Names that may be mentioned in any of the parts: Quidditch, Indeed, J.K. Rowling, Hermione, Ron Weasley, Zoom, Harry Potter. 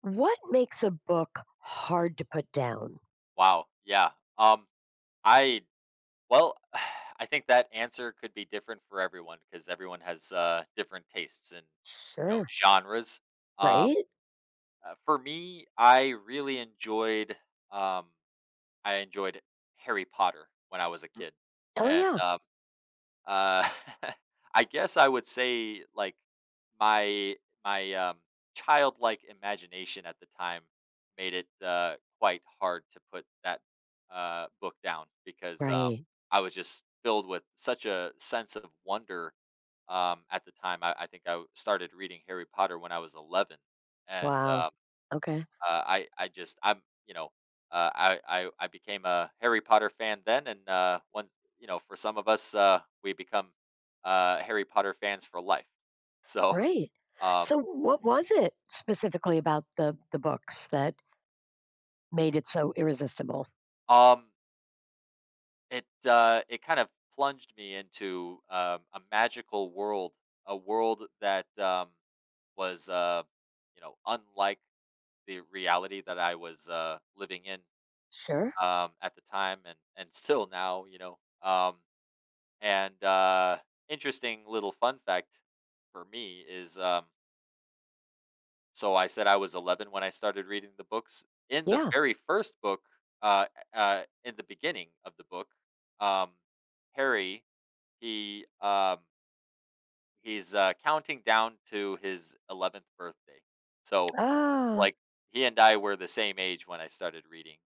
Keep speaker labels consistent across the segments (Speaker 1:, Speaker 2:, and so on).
Speaker 1: What makes a book hard to put down?
Speaker 2: Wow. Yeah. Um, I, well, I think that answer could be different for everyone because everyone has different tastes and you know
Speaker 1: Sure.
Speaker 2: genres. Um,
Speaker 1: Right?
Speaker 2: for me, I really enjoyed um, I enjoyed Harry Potter when I was a kid,
Speaker 1: Oh,
Speaker 2: and
Speaker 1: yeah.
Speaker 2: uh, I guess I would say like my my childlike imagination at the time made it quite hard to put that book down because
Speaker 1: Right.
Speaker 2: I was just filled with such a sense of wonder at the time. I think started reading Harry Potter when I was 11, and
Speaker 1: Wow. Okay.
Speaker 2: I just I'm you know I became a Harry Potter fan then, and once you know for some of us we become Harry Potter fans for life. So
Speaker 1: Right.
Speaker 2: um
Speaker 1: So, what was it specifically about the books that made it so irresistible?
Speaker 2: um it it kind of plunged me into a magical world, a world that was you know unlike the reality that I was living in
Speaker 1: Sure.
Speaker 2: at the time and still now, you know. And, interesting little fun fact for me is, so I said I was 11 when I started reading the books. In the
Speaker 1: Yeah.
Speaker 2: very first book, uh, in the beginning of the book, um, Harry, he, um, he's, counting down to his 11th birthday. So it's
Speaker 1: Ah.
Speaker 2: like he and I were the same age when I started reading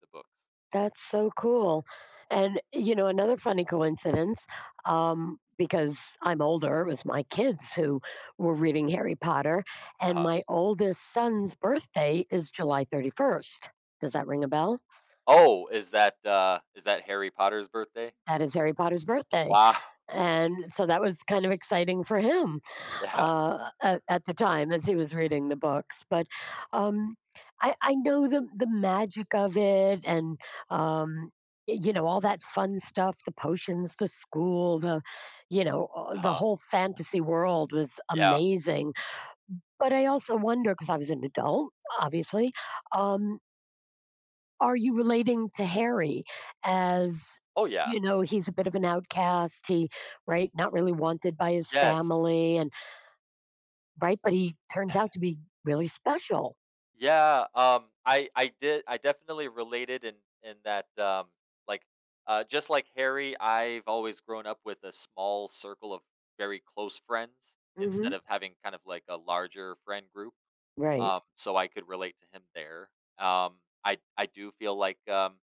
Speaker 2: the books.
Speaker 1: That's so cool. And, another funny coincidence, because I'm older, it was my kids who were reading Harry Potter. And
Speaker 2: uh
Speaker 1: my oldest son's birthday is July 31st. Does that ring a bell?
Speaker 2: Oh, is that Harry Potter's birthday?
Speaker 1: That is Harry Potter's birthday.
Speaker 2: Wow.
Speaker 1: And so that was kind of exciting for him.
Speaker 2: Yeah.
Speaker 1: At the time as he was reading the books. But um, I know the magic of it, and um, all that fun stuff, the potions, the school, the you know the
Speaker 2: uh
Speaker 1: whole fantasy world was
Speaker 2: Yeah.
Speaker 1: amazing. But I also wonder, because I was an adult, obviously. Um, are you relating to Harry as
Speaker 2: Oh yeah.
Speaker 1: he's a bit of an outcast, he, right, not really wanted by his
Speaker 2: Yes.
Speaker 1: family, and right, but he turns out to be really special.
Speaker 2: Yeah. I did. I definitely related in that. Like. Just like Harry, I've always grown up with a small circle of very close friends
Speaker 1: Mhm.
Speaker 2: instead of having kind of like a larger friend group.
Speaker 1: Right.
Speaker 2: So I could relate to him there. I. I do feel like.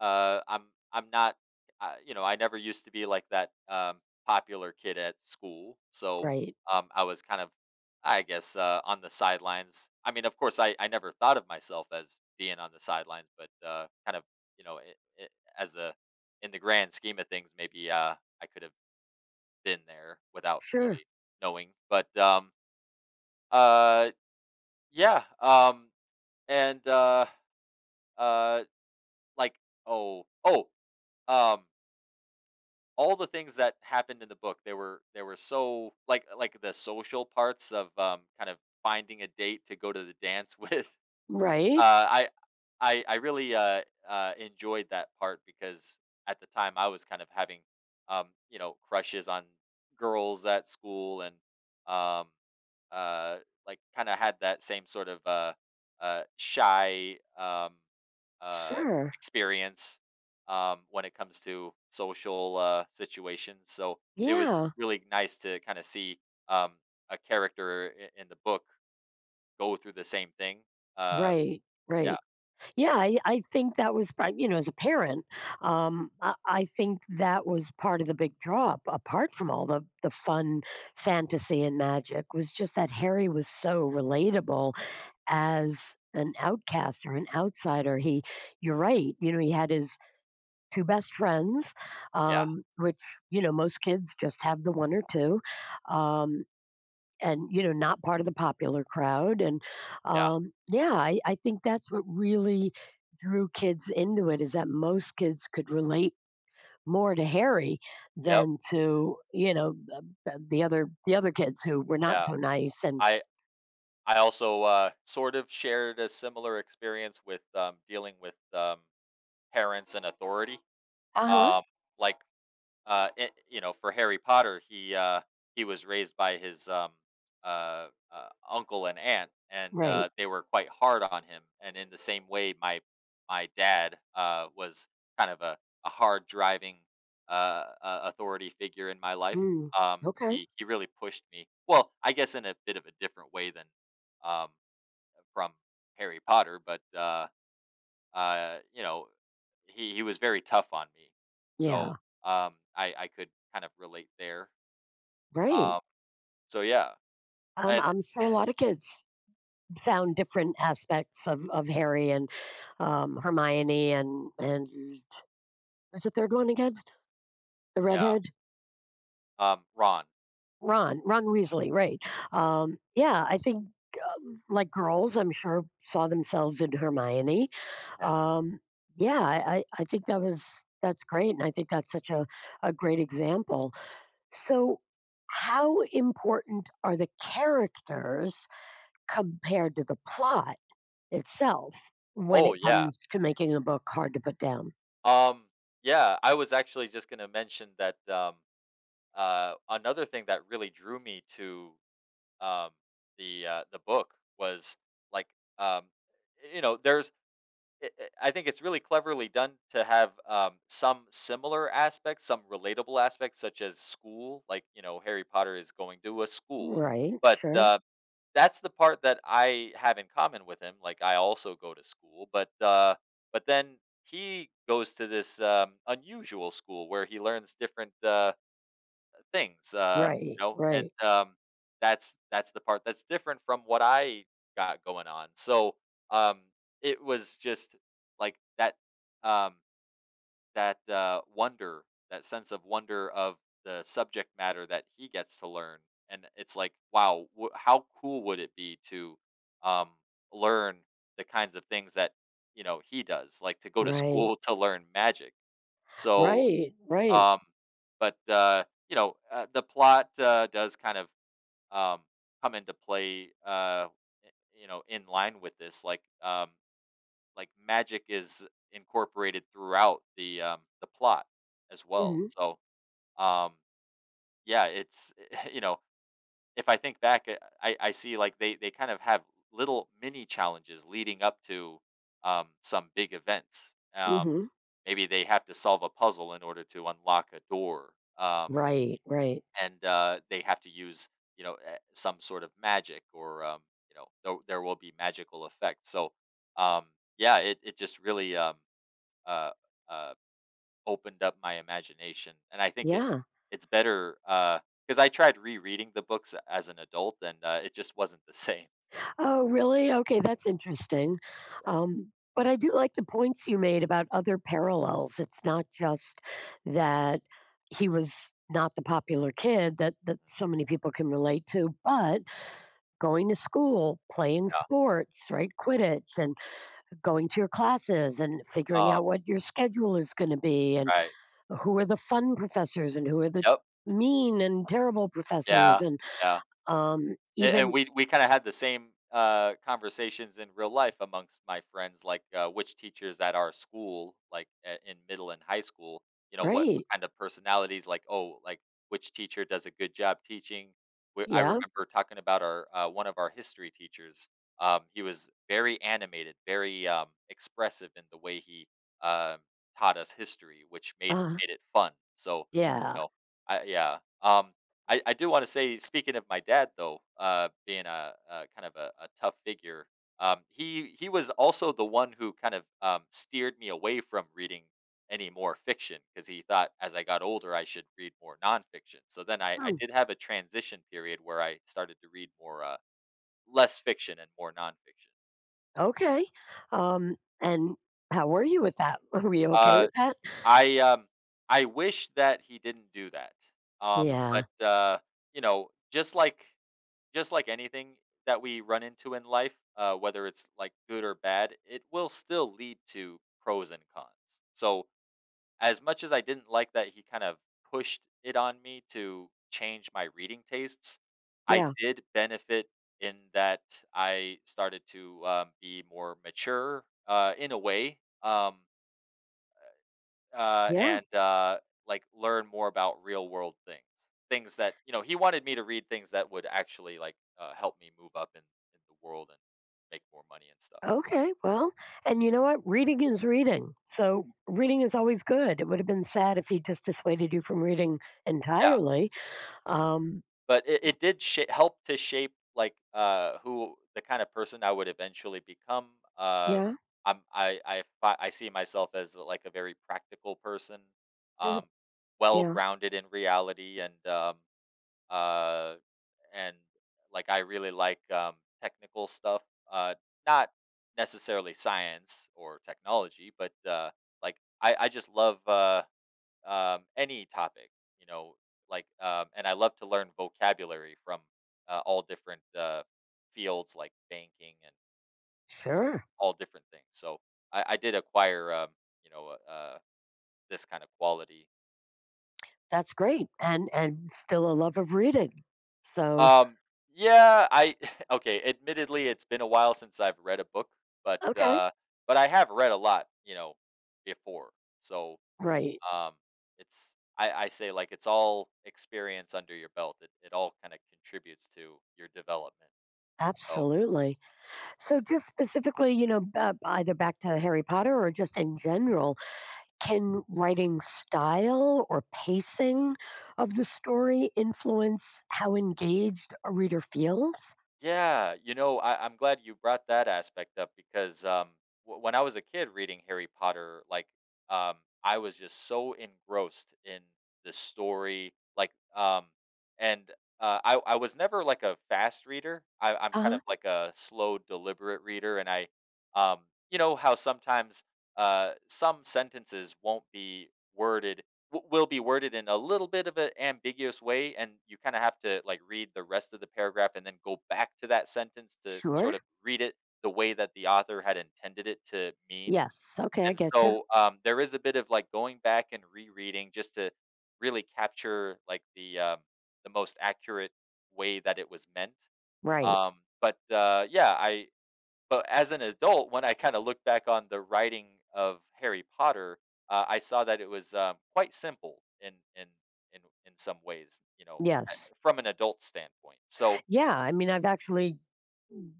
Speaker 2: Uh, I'm I'm not, you know, I never used to be like that popular kid at school, so
Speaker 1: Right.
Speaker 2: I was kind of, I guess, on the sidelines. I mean, of course, I never thought of myself as being on the sidelines, but kind of, you know, as a in the grand scheme of things, maybe I could have been there without
Speaker 1: Sure.
Speaker 2: really knowing. But uh, yeah, and uh, like, oh, oh, um all the things that happened in the book, they were so like the social parts of kind of finding a date to go to the dance with.
Speaker 1: Right?
Speaker 2: Uh, I I really enjoyed that part because at the time I was kind of having you know crushes on girls at school and um, uh, like kind of had that same sort of shy. Uh,
Speaker 1: Sure.
Speaker 2: Experience when it comes to social situations. So it was
Speaker 1: Yeah.
Speaker 2: really nice to kind of see um, a character in the book go through the same thing. Uh,
Speaker 1: Right,
Speaker 2: yeah,
Speaker 1: right. Yeah, I think that was as a parent, I think that was part of the big draw, apart from all the fun fantasy and magic, was just that Harry was so relatable as an outcast or an outsider. He, you're right, he had his two best friends,
Speaker 2: yeah,
Speaker 1: which, most kids just have the one or two, um, and, not part of the popular crowd, and,
Speaker 2: yeah,
Speaker 1: yeah, I think that's what really drew kids into it, is that most kids could relate more to Harry
Speaker 2: yep,
Speaker 1: than to, the other kids, who were not
Speaker 2: yeah.
Speaker 1: so nice. And
Speaker 2: I I also sort of shared a similar experience with dealing with parents and authority.
Speaker 1: uh-huh,
Speaker 2: Um, like it, you know, for Harry Potter, he was raised by his uncle and aunt, and
Speaker 1: right.
Speaker 2: they were quite hard on him. And in the same way, my dad was kind of a hard driving uh, authority figure in my life.
Speaker 1: Mm, okay.
Speaker 2: He really pushed me. Well, I guess in a bit of a different way than um, from Harry Potter, but you know, he was very tough on me. So,
Speaker 1: Yeah,
Speaker 2: I could kind of relate there.
Speaker 1: right.
Speaker 2: Um, so yeah,
Speaker 1: Um,
Speaker 2: and
Speaker 1: I'm sure a lot of kids found different aspects of Harry and Hermione and who's the third one again? The
Speaker 2: yeah,
Speaker 1: redhead,
Speaker 2: Ron.
Speaker 1: Ron, Ron Weasley, right? Yeah, I think like girls, I'm sure, saw themselves in Hermione.
Speaker 2: Yeah.
Speaker 1: Um, yeah, I think that's great, and I think that's such a great example. So, how important are the characters compared to the plot itself when
Speaker 2: Oh
Speaker 1: it
Speaker 2: yeah.
Speaker 1: comes to making a book hard to put down?
Speaker 2: Um, yeah. I was actually just gonna mention that. Another thing that really drew me to um the book was like um, you know, I think it's really cleverly done to have some similar aspects, some relatable aspects, such as school. Like you know, Harry Potter is going to a school,
Speaker 1: Right,
Speaker 2: but
Speaker 1: sure.
Speaker 2: that's the part that I have in common with him. Like I also go to school, but then he goes to this unusual school where he learns different. Things,
Speaker 1: Right,
Speaker 2: you know, and,
Speaker 1: right,
Speaker 2: that's the part that's different from what I got going on. So, um, it was just like that, um, wonder, that sense of wonder of the subject matter that he gets to learn. And it's like, wow, how cool would it be to, um, learn the kinds of things that, you know, he does, like to go to
Speaker 1: right,
Speaker 2: school to learn magic. So,
Speaker 1: right, right.
Speaker 2: um, but, you know, the plot, does kind of, um, come into play, you know, in line with this, like magic is incorporated throughout the plot as well.
Speaker 1: Mhm,
Speaker 2: So, um, yeah, it's, you know, if I think back, I see like they kind of have little mini challenges leading up to, some big events.
Speaker 1: mhm.
Speaker 2: Maybe they have to solve a puzzle in order to unlock a door.
Speaker 1: Right, right.
Speaker 2: And they have to use you know some sort of magic or you know there will be magical effects so um, yeah it just really uh, uh, opened up my imagination and I think it
Speaker 1: Yeah.
Speaker 2: it's better because I tried rereading the books as an adult and it just wasn't the same
Speaker 1: Oh, really? Okay, that's interesting. But I do like the points you made about other parallels. It's not just that he was not the popular kid that so many people can relate to, but going to school, playing
Speaker 2: yeah.
Speaker 1: sports, right? Quidditch, and going to your classes, and figuring
Speaker 2: um,
Speaker 1: out what your schedule is going to be, and
Speaker 2: right.
Speaker 1: who are the fun professors and who are the
Speaker 2: yep
Speaker 1: mean and terrible
Speaker 2: yeah
Speaker 1: professors, and
Speaker 2: yeah And
Speaker 1: even,
Speaker 2: we kind of had the same conversations in real life amongst my friends, like which teachers at our school, like in middle and high school, you know, what
Speaker 1: right,
Speaker 2: kind of personalities, like oh, like which teacher does a good job teaching. I
Speaker 1: yeah,
Speaker 2: remember talking about our one of our history teachers. He was very animated, very expressive in the way he um taught us history, which
Speaker 1: uh
Speaker 2: made it fun. So,
Speaker 1: yeah.
Speaker 2: you know, yeah. I do want to say, speaking of my dad, though, being a kind of a tough figure, he was also the one who kind of steered me away from reading any more fiction because he thought as I got older I should read more nonfiction. So then I
Speaker 1: Hmm,
Speaker 2: did have a transition period where I started to read more less fiction and more nonfiction.
Speaker 1: okay. Um and how were you with that? Were you okay
Speaker 2: Uh,
Speaker 1: with that?
Speaker 2: I um, I wish that he didn't do that,
Speaker 1: Yeah,
Speaker 2: but you know, just like just like anything that we run into in life, whether it's like good or bad, it will still lead to pros and cons. So, as much as I didn't like that he kind of pushed it on me to change my reading tastes, I
Speaker 1: yeah,
Speaker 2: did benefit in that I started to be more mature in a way. Uh,
Speaker 1: yeah.
Speaker 2: and, uh, like, learn more about real world things. Things that you know, he wanted me to read things that would actually, like, help me move up in the world and make more money and stuff.
Speaker 1: Okay. Well, and you know what, reading is reading, so reading is always good. It would have been sad if he just dissuaded you from reading
Speaker 2: Yeah,
Speaker 1: entirely. um
Speaker 2: but it did sha help to shape, like, who the kind of person I would eventually become. Uh,
Speaker 1: yeah
Speaker 2: I'm I fi I see myself as, like, a very practical person, um, well
Speaker 1: Yeah,
Speaker 2: grounded in reality uh, and like I really like technical stuff, uh, not necessarily science or technology, but like I just love any topic, you know, and I love to learn vocabulary from all different fields, like banking and
Speaker 1: sure.
Speaker 2: all different things. So I did acquire, you know, this kind of quality.
Speaker 1: That's great. And still a love of reading. So,
Speaker 2: Um, yeah, I okay. Admittedly, it's been a while since I've read a book, but
Speaker 1: okay,
Speaker 2: uh, but I have read a lot, you know, before. So
Speaker 1: right.
Speaker 2: um, I say like it's all experience under your belt. It all kind of contributes to your development. So
Speaker 1: Absolutely. So just specifically, either back to Harry Potter or just in general, can writing style or pacing of the story influence how engaged a reader feels?
Speaker 2: yeah, you know, I'm glad you brought that aspect up because when I was a kid reading Harry Potter, um, I was just so engrossed in the story, and I was never like a fast reader. I'm kind
Speaker 1: Uh-huh.
Speaker 2: of like a slow, deliberate reader, and um, you know, how sometimes some sentences won't be worded W will be worded in a little bit of an ambiguous way, and you kinda have to, like, read the rest of the paragraph and then go back to that sentence to
Speaker 1: Sure.
Speaker 2: sort of read it the way that the author had intended it to mean,
Speaker 1: Yes. Okay, I
Speaker 2: and
Speaker 1: get you.
Speaker 2: so, there is a bit of, like, going back and rereading just to really capture, like, the most accurate way that it was meant,
Speaker 1: Right.
Speaker 2: yeah, I but as an adult, when I kinda look back on the writing of Harry Potter, I saw that it was, quite simple in in some ways, you know,
Speaker 1: Yes.
Speaker 2: from an adult standpoint. So
Speaker 1: Yeah, I mean, I've actually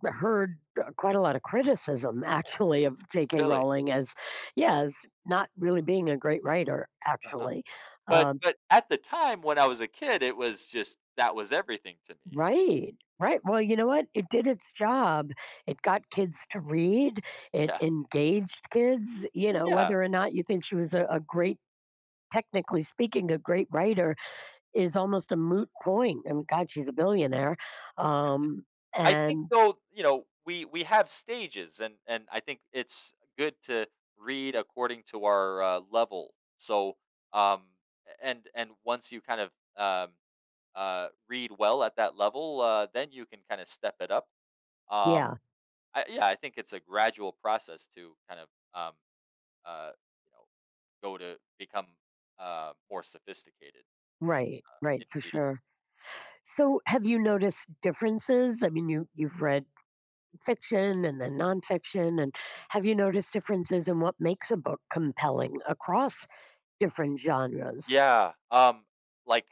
Speaker 1: heard quite a lot of criticism actually of J.K.
Speaker 2: really
Speaker 1: Rowling as, yeah, as not really being a great writer,
Speaker 2: uh
Speaker 1: actually.
Speaker 2: But
Speaker 1: Um,
Speaker 2: but at the time when I was a kid, it was just that was everything to me.
Speaker 1: right, right. Well, you know what? It did its job. It got kids to read. It
Speaker 2: Yeah.
Speaker 1: engaged kids. You know,
Speaker 2: Yeah.
Speaker 1: whether or not you think she was a great, technically speaking, a great writer is almost a moot point. I mean, god, she's a billionaire. um
Speaker 2: I think
Speaker 1: and
Speaker 2: though, you know, we have stages and I think it's good to read according to our, level. So, um, and once you kind of, um read well at that level, then you can kind of step it up. Um,
Speaker 1: yeah,
Speaker 2: yeah, I think it's a gradual process to kind of um, uh, you know go to become more sophisticated
Speaker 1: right, right,
Speaker 2: in
Speaker 1: for
Speaker 2: reading.
Speaker 1: sure. So, have you noticed differences? I mean, you've read fiction and then nonfiction, and have you noticed differences in what makes a book compelling across different genres?
Speaker 2: Yeah, like,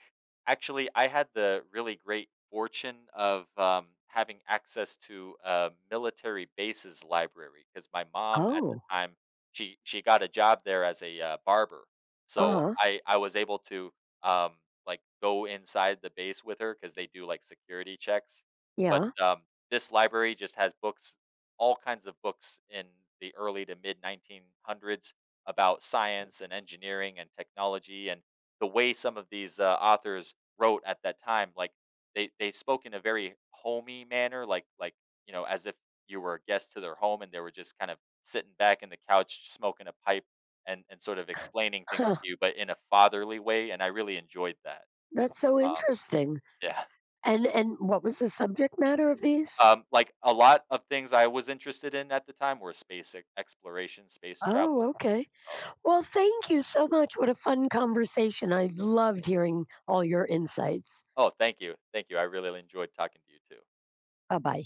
Speaker 2: actually, I had the really great fortune of, having access to a military bases library because my mom at the
Speaker 1: Oh,
Speaker 2: time, she got a job there as a, barber,
Speaker 1: uh
Speaker 2: so
Speaker 1: huh,
Speaker 2: I was able to, like, go inside the base with her because they do, like, security checks, but,
Speaker 1: yeah,
Speaker 2: this library just has books all kinds of books in the early to mid 1900s about science and engineering and technology and the way some of these, authors wrote at that time, like, they spoke in a very homey manner, you know, as if you were a guest to their home and they were just kind of sitting back in the couch smoking a pipe and sort of explaining things
Speaker 1: huh.
Speaker 2: to you, but in a fatherly way, and I really enjoyed that.
Speaker 1: That's so
Speaker 2: Um,
Speaker 1: interesting.
Speaker 2: yeah.
Speaker 1: And what was the subject matter of these?
Speaker 2: Like, a lot of things I was interested in at the time were space e exploration, space
Speaker 1: Oh,
Speaker 2: travel.
Speaker 1: okay.
Speaker 2: Oh.
Speaker 1: Well, thank you so much. What a fun conversation. I loved hearing all your insights.
Speaker 2: Oh, thank you, thank you. I really enjoyed talking to you too.
Speaker 1: Bye bye.